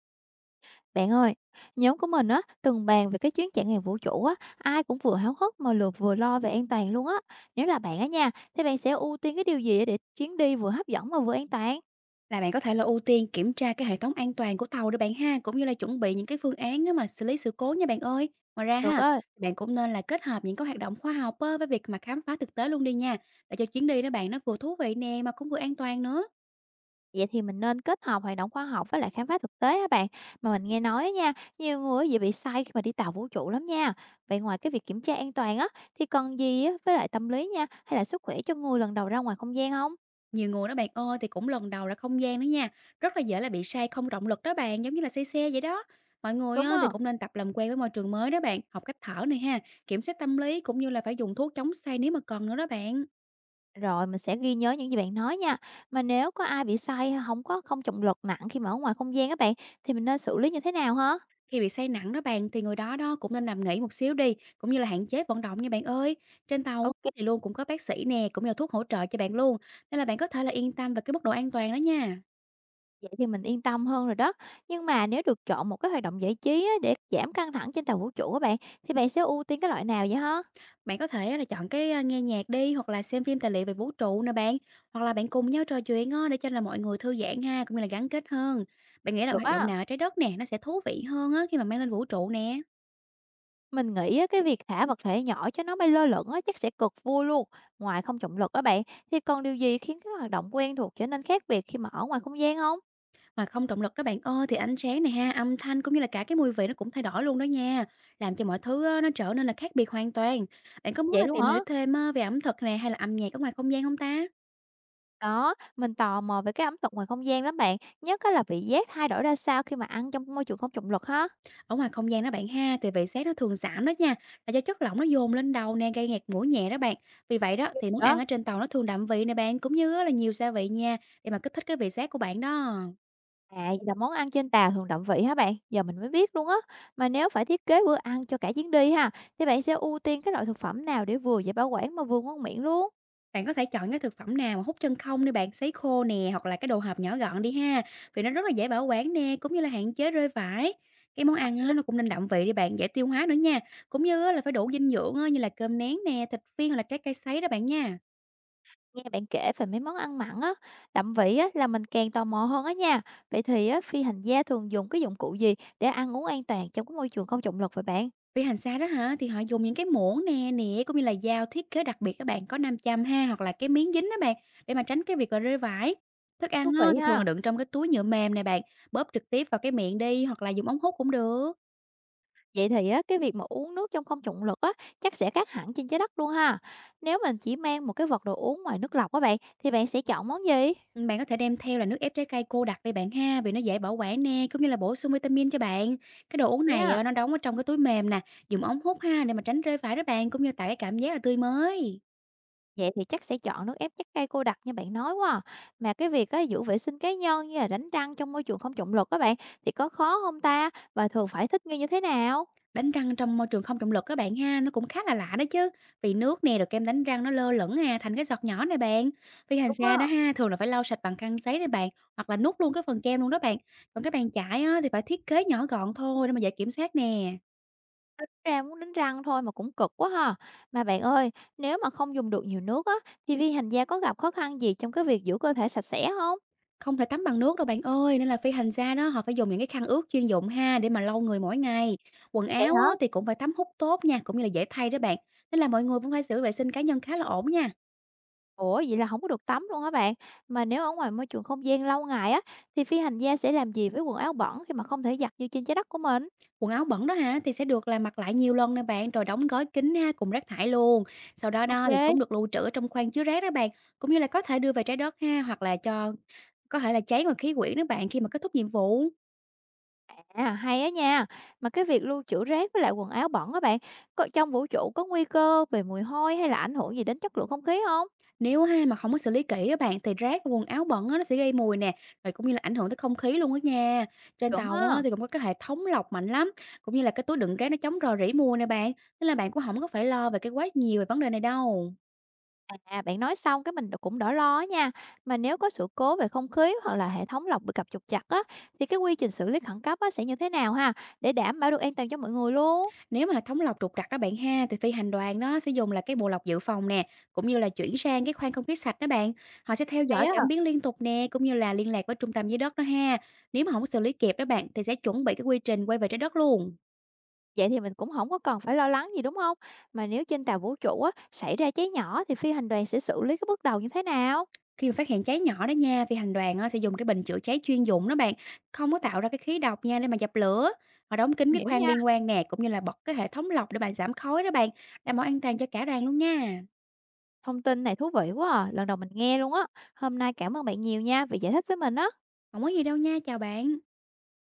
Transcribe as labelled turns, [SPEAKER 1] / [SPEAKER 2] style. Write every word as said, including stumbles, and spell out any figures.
[SPEAKER 1] Bạn ơi, nhóm của mình á từng bàn về cái chuyến trải nghiệm vũ trụ á, ai cũng vừa háo hức mà lượt vừa lo về an toàn luôn á. Nếu là bạn á nha, thì bạn sẽ ưu tiên cái điều gì để chuyến đi vừa hấp dẫn mà vừa an toàn?
[SPEAKER 2] Là bạn có thể là ưu tiên kiểm tra cái hệ thống an toàn của tàu đó bạn ha, cũng như là chuẩn bị những cái phương án á mà xử lý sự cố nha bạn ơi. Ngoài ra
[SPEAKER 1] Được
[SPEAKER 2] ha,
[SPEAKER 1] ơi,
[SPEAKER 2] bạn cũng nên là kết hợp những cái hoạt động khoa học á, với việc mà khám phá thực tế luôn đi nha, để cho chuyến đi đó bạn nó vừa thú vị nè mà cũng vừa an toàn nữa.
[SPEAKER 1] vậy thì mình nên kết hợp hoạt động khoa học với lại khám phá thực tế á bạn. Mà mình nghe nói á nha, nhiều người á dễ bị sai khi mà đi tàu vũ trụ lắm nha. Vậy ngoài cái việc kiểm tra an toàn á, thì còn gì á với lại tâm lý nha, hay là sức khỏe cho người lần đầu ra ngoài không gian không?
[SPEAKER 2] Nhiều người đó bạn ơi thì cũng lần đầu ra không gian nữa nha, rất là dễ là bị say không động lực đó bạn, giống như là say xe vậy đó. Mọi người
[SPEAKER 1] Đúng
[SPEAKER 2] á, thì
[SPEAKER 1] không?
[SPEAKER 2] cũng nên tập làm quen với môi trường mới đó bạn, học cách thở này ha, kiểm soát tâm lý cũng như là phải dùng thuốc chống say nếu mà còn nữa đó bạn.
[SPEAKER 1] Rồi, mình sẽ ghi nhớ những gì bạn nói nha. Mà nếu có ai bị sai không có không trọng lực nặng khi mà ở ngoài không gian các bạn, thì mình nên xử lý như thế nào hả?
[SPEAKER 2] Khi bị say nặng đó bạn thì người đó đó cũng nên nằm nghỉ một xíu đi, cũng như là hạn chế vận động nha bạn ơi. Trên tàu
[SPEAKER 1] ô kê,
[SPEAKER 2] á, thì luôn cũng có bác sĩ nè, cũng như là thuốc hỗ trợ cho bạn luôn. Nên là bạn có thể là yên tâm về cái mức độ an toàn đó nha.
[SPEAKER 1] vậy thì mình yên tâm hơn rồi đó. Nhưng mà nếu được chọn một cái hoạt động giải trí á, để giảm căng thẳng trên tàu vũ trụ á bạn, thì bạn sẽ ưu tiên cái loại nào vậy hả?
[SPEAKER 2] Bạn có thể là chọn cái à, nghe nhạc đi hoặc là xem phim tài liệu về vũ trụ nè bạn, hoặc là bạn cùng nhau trò chuyện á, để cho là mọi người thư giãn ha, cũng như là gắn kết hơn. Bạn nghĩ là
[SPEAKER 1] Được
[SPEAKER 2] hoạt động
[SPEAKER 1] á,
[SPEAKER 2] nào ở trái đất nè nó sẽ thú vị hơn á khi mà mang lên vũ trụ nè?
[SPEAKER 1] mình nghĩ á, cái việc thả vật thể nhỏ cho nó bay lơ lửng á, chắc sẽ cực vui luôn. Ngoài không trọng lực á bạn, thì còn điều gì khiến cái hoạt động quen thuộc trở nên khác biệt khi mà ở ngoài không gian không?
[SPEAKER 2] Mà không động lực đó bạn ơi, thì ánh sáng này ha, âm thanh cũng như là cả cái mùi vị nó cũng thay đổi luôn đó nha, làm cho mọi thứ á, nó trở nên là khác biệt hoàn toàn. Bạn có muốn
[SPEAKER 1] Vậy
[SPEAKER 2] là
[SPEAKER 1] luôn
[SPEAKER 2] tìm
[SPEAKER 1] hả?
[SPEAKER 2] hiểu thêm á, về ẩm thực này hay là âm nhạc ở ngoài không gian không ta?
[SPEAKER 1] Có, mình tò mò về cái ẩm thực ngoài không gian lắm bạn, nhất á là vị giác thay đổi ra sao khi mà ăn trong môi trường không trọng lực ha?
[SPEAKER 2] Ở ngoài không gian đó bạn ha, thì vị giác nó thường giảm đó nha, là do chất lỏng nó dồn lên đầu nè, gây ngạt mũi nhẹ đó bạn. Vì vậy đó, thì món
[SPEAKER 1] Đó,
[SPEAKER 2] ăn ở trên tàu nó thường đậm vị nè bạn, cũng như á là nhiều gia vị nha, để mà kích thích cái vị giác của bạn đó.
[SPEAKER 1] à, vậy là món ăn trên tàu thường đậm vị hả bạn? Giờ mình mới biết luôn á. Mà nếu phải thiết kế bữa ăn cho cả chuyến đi ha, thì bạn sẽ ưu tiên cái loại thực phẩm nào để vừa dễ bảo quản mà vừa ngon miệng luôn?
[SPEAKER 2] Bạn có thể chọn cái thực phẩm nào mà hút chân không đi bạn, sấy khô nè, hoặc là cái đồ hộp nhỏ gọn đi ha, vì nó rất là dễ bảo quản nè, cũng như là hạn chế rơi vải. Cái món
[SPEAKER 1] Hợp
[SPEAKER 2] ăn
[SPEAKER 1] lý.
[SPEAKER 2] á, nó cũng nên đậm vị đi bạn, dễ tiêu hóa nữa nha, cũng như á, là phải đủ dinh dưỡng á, như là cơm nén nè, thịt viên hoặc là trái cây sấy đó bạn nha.
[SPEAKER 1] Nghe bạn kể về mấy món ăn mặn á, đậm vị á là mình càng tò mò hơn á nha. Vậy thì á, phi hành gia thường dùng cái dụng cụ gì để ăn uống an toàn trong cái môi trường không trọng lực vậy bạn?
[SPEAKER 2] Vì hành xa đó hả, thì họ dùng những cái muỗng nè, nĩa cũng như là dao thiết kế đặc biệt các bạn có nam châm ha, hoặc là cái miếng dính đó bạn, để mà tránh cái việc là rơi vải. Thức
[SPEAKER 1] Thú
[SPEAKER 2] ăn á,
[SPEAKER 1] vị
[SPEAKER 2] thì thường là
[SPEAKER 1] ha.
[SPEAKER 2] đựng trong cái túi nhựa mềm nè bạn, bóp trực tiếp vào cái miệng đi hoặc là dùng ống hút cũng được.
[SPEAKER 1] Vậy thì á, cái việc mà uống nước trong không trọng lực á, chắc sẽ khác hẳn trên trái đất luôn ha. Nếu mình chỉ mang một cái vật đồ uống ngoài nước lọc á bạn, thì bạn sẽ chọn món gì?
[SPEAKER 2] Ừm, bạn có thể đem theo là nước ép trái cây cô đặc đây bạn ha, vì nó dễ bảo quản nè, cũng như là bổ sung vitamin cho bạn. Cái đồ uống
[SPEAKER 1] Thế
[SPEAKER 2] này,
[SPEAKER 1] á,
[SPEAKER 2] ờ, nó đóng ở trong cái túi mềm nè, dùng ống hút ha, để mà tránh rơi vãi đó bạn, cũng như tạo cái cảm giác là tươi mới.
[SPEAKER 1] vậy thì chắc sẽ chọn nước ép trái cây cô đặc như bạn nói quá. À. Mà cái việc á, giữ vệ sinh cá nhân như là đánh răng trong môi trường không trọng lực các bạn, thì có khó không ta? Và thường phải thích nghi như thế nào?
[SPEAKER 2] Đánh răng trong môi trường không trọng lực các bạn ha, nó cũng khá là lạ đó chứ. Vì nước nè, rồi kem đánh răng nó lơ lửng à, thành cái giọt nhỏ này bạn. Vì hàng
[SPEAKER 1] Đúng á,
[SPEAKER 2] xa đó ha, thường là phải lau sạch bằng khăn giấy đấy bạn, hoặc là nuốt luôn cái phần kem luôn đó bạn. Còn cái bàn chải á, thì phải thiết kế nhỏ gọn thôi để mà dễ kiểm soát nè.
[SPEAKER 1] ra muốn đánh răng thôi mà cũng cực quá ha. Mà bạn ơi, nếu mà không dùng được nhiều nước á, thì vi hành gia có gặp khó khăn gì trong cái việc giữ cơ thể sạch sẽ không?
[SPEAKER 2] Không thể tắm bằng nước đâu bạn ơi, nên là phi hành gia đó họ phải dùng những cái khăn ướt chuyên dụng ha để mà lau người mỗi ngày. Quần
[SPEAKER 1] Vậy
[SPEAKER 2] áo
[SPEAKER 1] hả?
[SPEAKER 2] á, thì cũng phải tắm hút tốt nha, cũng như là dễ thay đó bạn. Nên là mọi người cũng phải giữ vệ sinh cá nhân khá là ổn nha.
[SPEAKER 1] Ủa, vậy là không có được tắm luôn hả bạn? Mà nếu ở ngoài môi trường không gian lâu ngày á, thì phi hành gia sẽ làm gì với quần áo bẩn khi mà không thể giặt như trên trái đất của mình?
[SPEAKER 2] Quần áo bẩn đó hả thì sẽ được là mặc lại nhiều lần nè bạn, rồi đóng gói kín ha cùng rác thải luôn. Sau đó đó thì
[SPEAKER 1] ô kê,
[SPEAKER 2] chúng được lưu trữ ở trong khoang chứa rác đó bạn, cũng như là có thể đưa về trái đất ha hoặc là cho có thể là cháy ngoài khí quyển đó bạn khi mà kết thúc nhiệm vụ.
[SPEAKER 1] à, hay á nha. Mà cái việc lưu trữ rác với lại quần áo bẩn á bạn, có trong vũ trụ có nguy cơ về mùi hôi hay là ảnh hưởng gì đến chất lượng không khí không?
[SPEAKER 2] Nếu ha mà không có xử lý kỹ đó bạn thì rác, quần áo bẩn á, nó sẽ gây mùi nè, rồi cũng như là ảnh hưởng tới không khí luôn á nha. Trên
[SPEAKER 1] Chuẩn
[SPEAKER 2] tàu
[SPEAKER 1] á.
[SPEAKER 2] á, thì cũng có cái hệ thống lọc mạnh lắm, cũng như là cái túi đựng rác nó chống rò rỉ mùi nè bạn, nên là bạn cũng không có phải lo về cái quá nhiều về vấn đề này đâu.
[SPEAKER 1] À, bạn nói xong cái mình cũng đỡ lo á nha. Mà nếu có sự cố về không khí hoặc là hệ thống lọc bị cặp trục chặt á, thì cái quy trình xử lý khẩn cấp á sẽ như thế nào ha? Để đảm bảo được an toàn cho mọi người luôn.
[SPEAKER 2] Nếu mà hệ thống lọc trục trặc đó bạn ha, thì phi hành đoàn đó sẽ dùng là cái bộ lọc dự phòng nè, cũng như là chuyển sang cái khoang không khí sạch đó bạn. Họ sẽ theo
[SPEAKER 1] Hay
[SPEAKER 2] dõi
[SPEAKER 1] á.
[SPEAKER 2] cảm biến liên tục nè, cũng như là liên lạc với trung tâm dưới đất đó ha. Nếu mà không có xử lý kịp đó bạn thì sẽ chuẩn bị cái quy trình quay về trái đất luôn.
[SPEAKER 1] Vậy thì mình cũng không có cần phải lo lắng gì, đúng không? Mà nếu trên tàu vũ trụ á, xảy ra cháy nhỏ thì phi hành đoàn sẽ xử lý cái bước đầu như thế nào?
[SPEAKER 2] Khi mà phát hiện cháy nhỏ đó nha, phi hành đoàn á, sẽ dùng cái bình chữa cháy chuyên dụng đó bạn, không có tạo ra cái khí độc nha để mà dập lửa. Họ đóng kín cái
[SPEAKER 1] Hiểu
[SPEAKER 2] khoang
[SPEAKER 1] nha,
[SPEAKER 2] liên quan nè, cũng như là bật cái hệ thống lọc để bạn giảm khói đó bạn, đảm bảo an toàn cho cả đoàn luôn nha.
[SPEAKER 1] thông tin này thú vị quá à, lần đầu mình nghe luôn á. Hôm nay cảm ơn bạn nhiều nha vì giải thích với mình á.
[SPEAKER 2] Không có gì đâu nha, chào bạn.